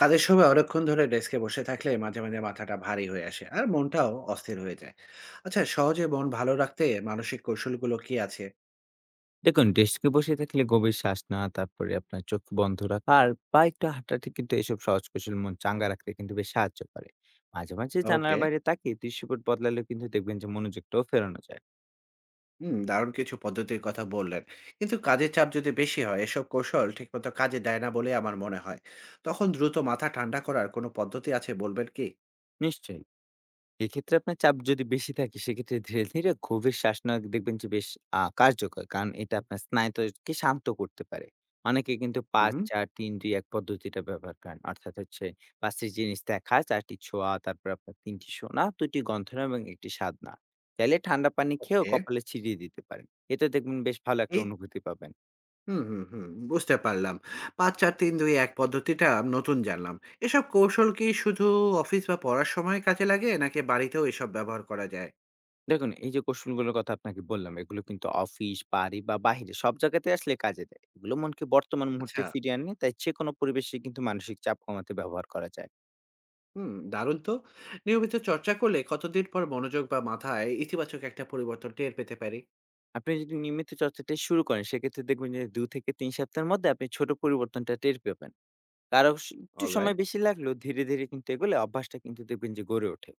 কাজের সময় অনেকক্ষণ ধরে ডেস্কে বসে থাকলে মাঝে মাঝে মাথাটা ভারী হয়ে আসে আর মনটাও অস্থির হয়ে যায়। আচ্ছা, সহজে মন ভালো রাখতে মানসিক কৌশলগুলো কি আছে? দেখুন, ডেস্কে বসে থাকলে গভীর শ্বাস, না তারপরে আপনার চোখ বন্ধ রাখা আর বা একটু হাঁটাহাঁটি কিন্তু এসব সহজ কৌশল মন চাঙ্গা রাখতে কিন্তু বেশ সাহায্য করে। মাঝে মাঝে জানালার ওকে। বাইরে তাকিয়ে দৃশ্যপট বদলালেও কিন্তু দেখবেন যে মনোযোগটাও ফেরানো যায়। হুম, দারুণ কিছু পদ্ধতির কথা বললেন। কিন্তু কাজের চাপ যদি বেশি হয় এসব কৌশল ঠিকমতো কাজে দেয় না বলে আমার মনে হয়। তখন দ্রুত মাথা ঠান্ডা করার কোনো পদ্ধতি আছে, বলবেন কি? নিশ্চয়ই। এক্ষেত্রে আপনার চাপ যদি বেশি থাকে, সেক্ষেত্রে ধীরে ধীরে গভীর শ্বাস নেওয়া দেখবেন যে বেশ কার্যকর, কারণ এটা আপনার স্নায়ুতন্ত্রকে শান্ত করতে পারে। অনেকে কিন্তু পাঁচ হুম। চার তিন দুই এক পদ্ধতিটা ব্যবহার করেন, অর্থাৎ হচ্ছে পাঁচটি জিনিস দেখা, চারটি ছোঁয়া, তারপর আপনার তিনটি শোনা, দুটি গন্থনা এবং একটি স্বাদ, না? চাইলে ঠান্ডা পানি খেয়েও ওকে। কপালে ছিটিয়ে দিতে পারেন। এতে দেখবেন বেশ ভালো একটা এই অনুভূতি পাবেন। হুম, হুম, হুম। বুঝতে পারলাম। ৫, ৪, ৩, ২, ১ পদ্ধতিটা নতুন জানলাম। এসব কৌশল কি শুধু অফিস বা পড়ার সময় কাজে লাগে নাকি বাড়িতেও এসব ব্যবহার করা যায়? দেখুন, এই যে কৌশলগুলোর কথা আপনাকে বললাম, এগুলো কিন্তু অফিস, বাড়ি বা বাহিরে সব জায়গাতে আসলে কাজে দেয়। এগুলো মনকে বর্তমান মুহূর্তে আচ্ছা, ফিরিয়ে আনে, তাই যেকোনো পরিবেশে কিন্তু মানসিক চাপ কমাতে ব্যবহার করা যায়। হুম, দারুণ তো। নিয়মিত চর্চা করলে কতদিন পর মনোযোগ বা মাথায় ইতিবাচক একটা পরিবর্তন টের পেতে পারি? আপনি যদি নিয়মিত চর্চাটা শুরু করেন, সেক্ষেত্রে দেখবেন যে ২ থেকে ৩ সপ্তাহের মধ্যে আপনি ছোট পরিবর্তনটা টের পাবেন। কারো স একটু সময় অলরাইট। বেশি লাগলেও ধীরে ধীরে কিন্তু এগুলো অভ্যাসটা কিন্তু দেখবেন যে গড়ে ওঠে।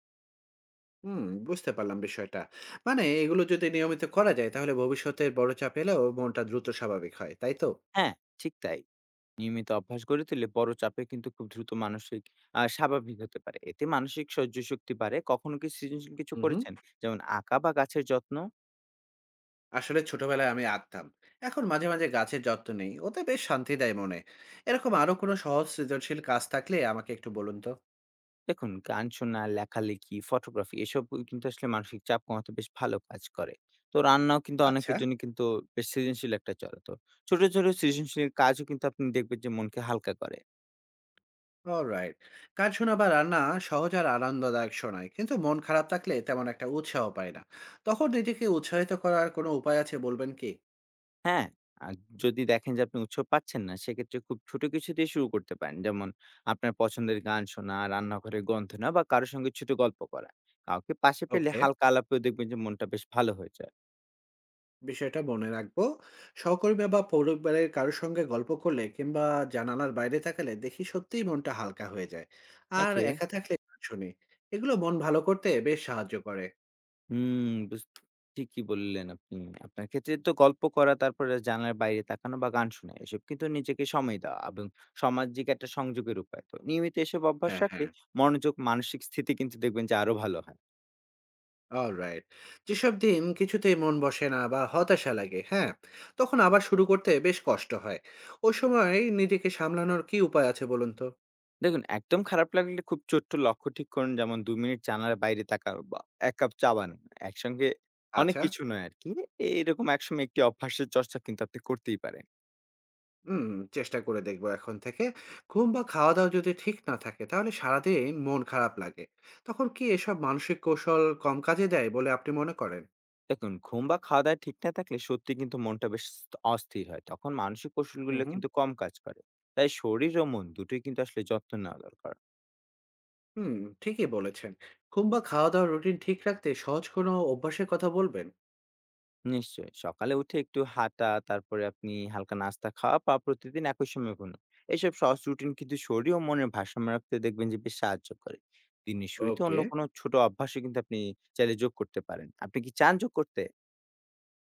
হুম, বুঝতে পারলাম বিষয়টা। মানে এগুলো যদি নিয়মিত করা যায় তাহলে ভবিষ্যতের বড় চাপ এলেও মনটা দ্রুত স্বাভাবিক হয়, তাই তো? হ্যাঁ, ঠিক তাই। নিয়মিত অভ্যাস গড়ে তুললে বড় চাপে কিন্তু খুব দ্রুত মানসিক স্বাভাবিক হতে পারে। এতে মানসিক সহ্য শক্তি বাড়ে। কখনো কি সৃজনশীল কিছু উহু। করেছেন, যেমন আঁকা বা গাছের যত্ন? আসলে ছোটবেলায় আমি আঁকতাম। এখন মাঝে, মাঝে গাছের যত্ন নেই। ওতে বেশ শান্তি দেয় মনে। এরকম আরো কোনো সহজ সৃজনশীল কাজ থাকলে আমাকে একটু বলুন তো? দেখুন, গান শোনা, লেখালেখি, ফটোগ্রাফি, এসব কিন্তু আসলে মানসিক চাপ কমাতে বেশ ভালো কাজ করে। তো রান্নাও কিন্তু আচ্ছা। অনেকের জন্য কিন্তু বেশ সৃজনশীল একটা চলে তো। ছোট ছোট সৃজনশীল কাজও কিন্তু আপনি দেখবেন যে মনকে হালকা করে। অলরাইট। গান শোনা বা রান্না সহজ আর আনন্দদায়ক শোনায়। কিন্তু মন খারাপ থাকলে তেমন একটা উৎসাহ পাই না। তখন নিজেকে উৎসাহিত করার কোনো উপায় আছে, বলবেন কি? হ্যাঁ, আর যদি দেখেন যে আপনি উৎসাহ পাচ্ছেন না, সেক্ষেত্রে খুব ছোট কিছু দিয়ে শুরু করতে পারেন। যেমন আপনার পছন্দের গান শোনা, রান্নাঘরের গন্ধ নেওয়া বা কারো সঙ্গে ছোট গল্প করা। কাউকে পাশে পেলে ওকে। হালকা আলাপেও দেখবেন যে মনটা বেশ ভালো হয়ে যায়। বিষয়টা মনে রাখবো। সহকর্মী বা পরিবারের কারোর সঙ্গে গল্প করলে কিংবা জানালার বাইরে থাকলে দেখি সত্যিই মনটা হালকা হয়ে যায়। আর নাকি? একা থাকলে গান শুনি। এগুলো মন ভালো করতে বেশ সাহায্য করে। হুম, বুঝ ঠিকই বললেন আপনি। আপনার ক্ষেত্রে তো গল্প করা, তারপরে জানালার বাইরে তাকানো বা গান শোনা, এসব কিন্তু নিজেকে সময় দেওয়া এবং সামাজিক একটা সংযোগের উপায়। তো নিয়মিত এসব অভ্যাস হ্যাঁ, রাখলে হ্যাঁ। মনোযোগ, মানসিক স্থিতি কিন্তু দেখবেন যে আরো ভালো হয়। অলরাইট। যেসব দিন কিছুতেই মন বসে না বা হতাশা লাগে, হ্যাঁ, তখন আবার শুরু করতে বেশ কষ্ট হয়। ওই সময় নিজেকে সামলানোর কি উপায় আছে বলুন তো? দেখুন, একদম খারাপ লাগলে খুব ছোট্ট লক্ষ্য ঠিক করুন। যেমন ২ মিনিট জানালার বাইরে তাকানো বা ১ কাপ চা বানানো। একসঙ্গে অনেক আচ্ছা। কিছু নয় আরকি। এরকম একসময় একটি অভ্যাসের চর্চা কিন্তু আপনি করতেই পারেন। হুম, চেষ্টা করে দেখবো এখন থেকে। ঘুম বা খাওয়া-দাওয়া যদি ঠিক না থাকে তাহলে সারাদিন মন খারাপ লাগে। তখন কি এসব মানসিক কৌশল কম কাজে দেয় বলে আপনি মনে করেন? দেখুন, ঘুম বা খাওয়া-দাওয়া ঠিক না থাকলে সত্যি কিন্তু মনটা বেশ অস্থির হয়। তখন মানসিক কৌশলগুলো উহু, কিন্তু কম কাজ করে। তাই শরীর ও মন দুটোই কিন্তু আসলে যত্ন নেওয়া দরকার। হুম, হুম। ঠিকই বলেছেন। ঘুম বা খাওয়া-দাওয়ার রুটিন ঠিক রাখতে সহজ কোনো অভ্যাসের কথা বলবেন? নিশ্চয়ই। সকালে উঠে একটু হাঁটা, তারপরে আপনি হালকা নাস্তা খাওয়া বা প্রতিদিন একই সময় ঘুমানো। এসব সহজ রুটিন কিন্তু শরীর ও মনের ভারসাম্য রাখতে দেখবেন যে বেশ সাহায্য করে। দিনের শুরুতে অন্য ওকে। কোনো ছোট অভ্যাসও কিন্তু আপনি চাইলে যোগ করতে পারেন। আপনি কি চান যোগ করতে?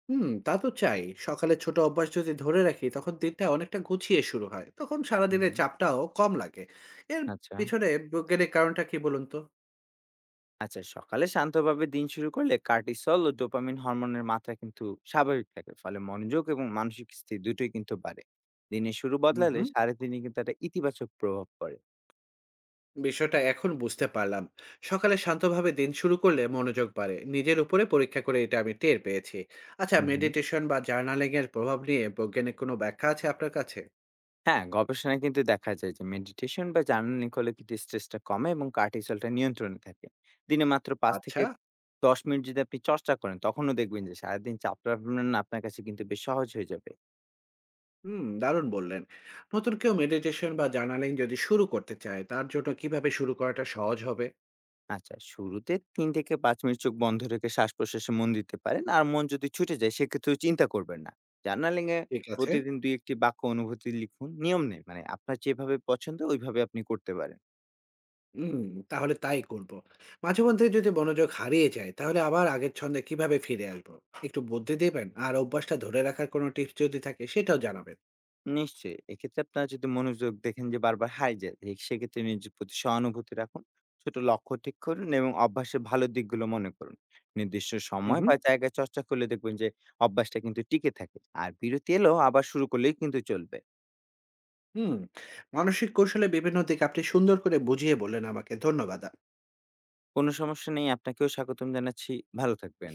হুম, তা তো চাই। সকালে ছোট অভ্যাস যদি ধরে রাখি তখন দিনটা অনেকটা গুছিয়ে শুরু হয়। তখন হুম, সারাদিনের হুম। চাপটাও কম লাগে। এর আচ্ছা। পিছনে বৈজ্ঞানিক কারণটা কি বলুন তো? আচ্ছা, সকালে শান্তভাবে দিন শুরু করলে কর্টিসল ও ডোপামিন হরমোনের মাত্রা কিন্তু স্বাভাবিক থাকে। ফলে মনোযোগ এবং মানসিক স্থিতি দুটোই কিন্তু বাড়ে। দিনের শুরু বদলালে উহু। সারাদিনে কিন্তু একটা ইতিবাচক প্রভাব পড়ে। বিষয়টা এখন বুঝতে পারলাম। সকালে শান্তভাবে দিন শুরু করলে মনোযোগ বাড়ে, নিজের উপরে পরীক্ষা করে এটা আমি টের পেয়েছি। আচ্ছা, হুম, হুম। মেডিটেশন বা জার্নালিং এর প্রভাব নিয়ে বৈজ্ঞানিক কোনো ব্যাখ্যা আছে আপনার কাছে? হ্যাঁ, গবেষণায় কিন্তু দেখা যায় যে মেডিটেশন বা জার্নালিং করলে কিন্তু স্ট্রেসটা কমে এবং কর্টিসলটা নিয়ন্ত্রণে থাকে। দিনে মাত্র ৫ থেকে আচ্ছা। ১০ মিনিট যদি আপনি চর্চা করেন, তখনও দেখবেন যে সারাদিন চাপ প্রাবলন আপনার কাছে কিন্তু বেশ সহজ হয়ে যাবে। হুম, দারুণ বললেন। নতুন কেউ মেডিটেশন বা জার্নালিং যদি শুরু করতে চায় তার জন্য কিভাবে শুরু করাটা সহজ হবে? আচ্ছা, শুরুতে ৩ থেকে ৫ মিনিট চোখ বন্ধ রেখে শ্বাস-প্রশ্বাসে মন দিতে পারেন। আর মন যদি ছুটে যায়, সেক্ষেত্রেও চিন্তা করবেন না। জার্নালিং এ ঠিক আছে। প্রতিদিন ২-১ টি বাক্য অনুভূতি লিখুন। নিয়ম নেই, মানে আপনার যেভাবে পছন্দ ওইভাবে আপনি করতে পারেন। হুম, তাহলে তাই করব। মাঝে মধ্যে যদি মনোযোগ হারিয়ে যায় তাহলে আবার আগের ছন্দে কিভাবে ফিরে আসবো? একটু বুদ্ধি দেবেন। আর অভ্যাসটা ধরে রাখার কোনো টিপস যদি থাকে সেটাও জানাবেন। নিশ্চয়ই। এক্ষেত্রে আপনারা যদি মনোযোগ দেখেন যে বারবার হারিয়ে যায়, সেক্ষেত্রে নিজের প্রতি সহানুভূতি রাখুন। ছোট লক্ষ্য ঠিক করুন এবং অভ্যাসের ভালো দিকগুলো মনে করুন। নির্দিষ্ট হুম, সময় হুম, বা জায়গায় চর্চা করলে দেখবেন যে অভ্যাসটা কিন্তু টিকে থাকে। আর বিরতি এলেও আবার শুরু করলেই কিন্তু চলবে। হুম। মানসিক কৌশলে বিভিন্ন দিক আপনি সুন্দর করে বুঝিয়ে বললেন, আমাকে ধন্যবাদ। কোনো সমস্যা নেই। আপনাকেও স্বাগতম জানাচ্ছি। ভালো থাকবেন।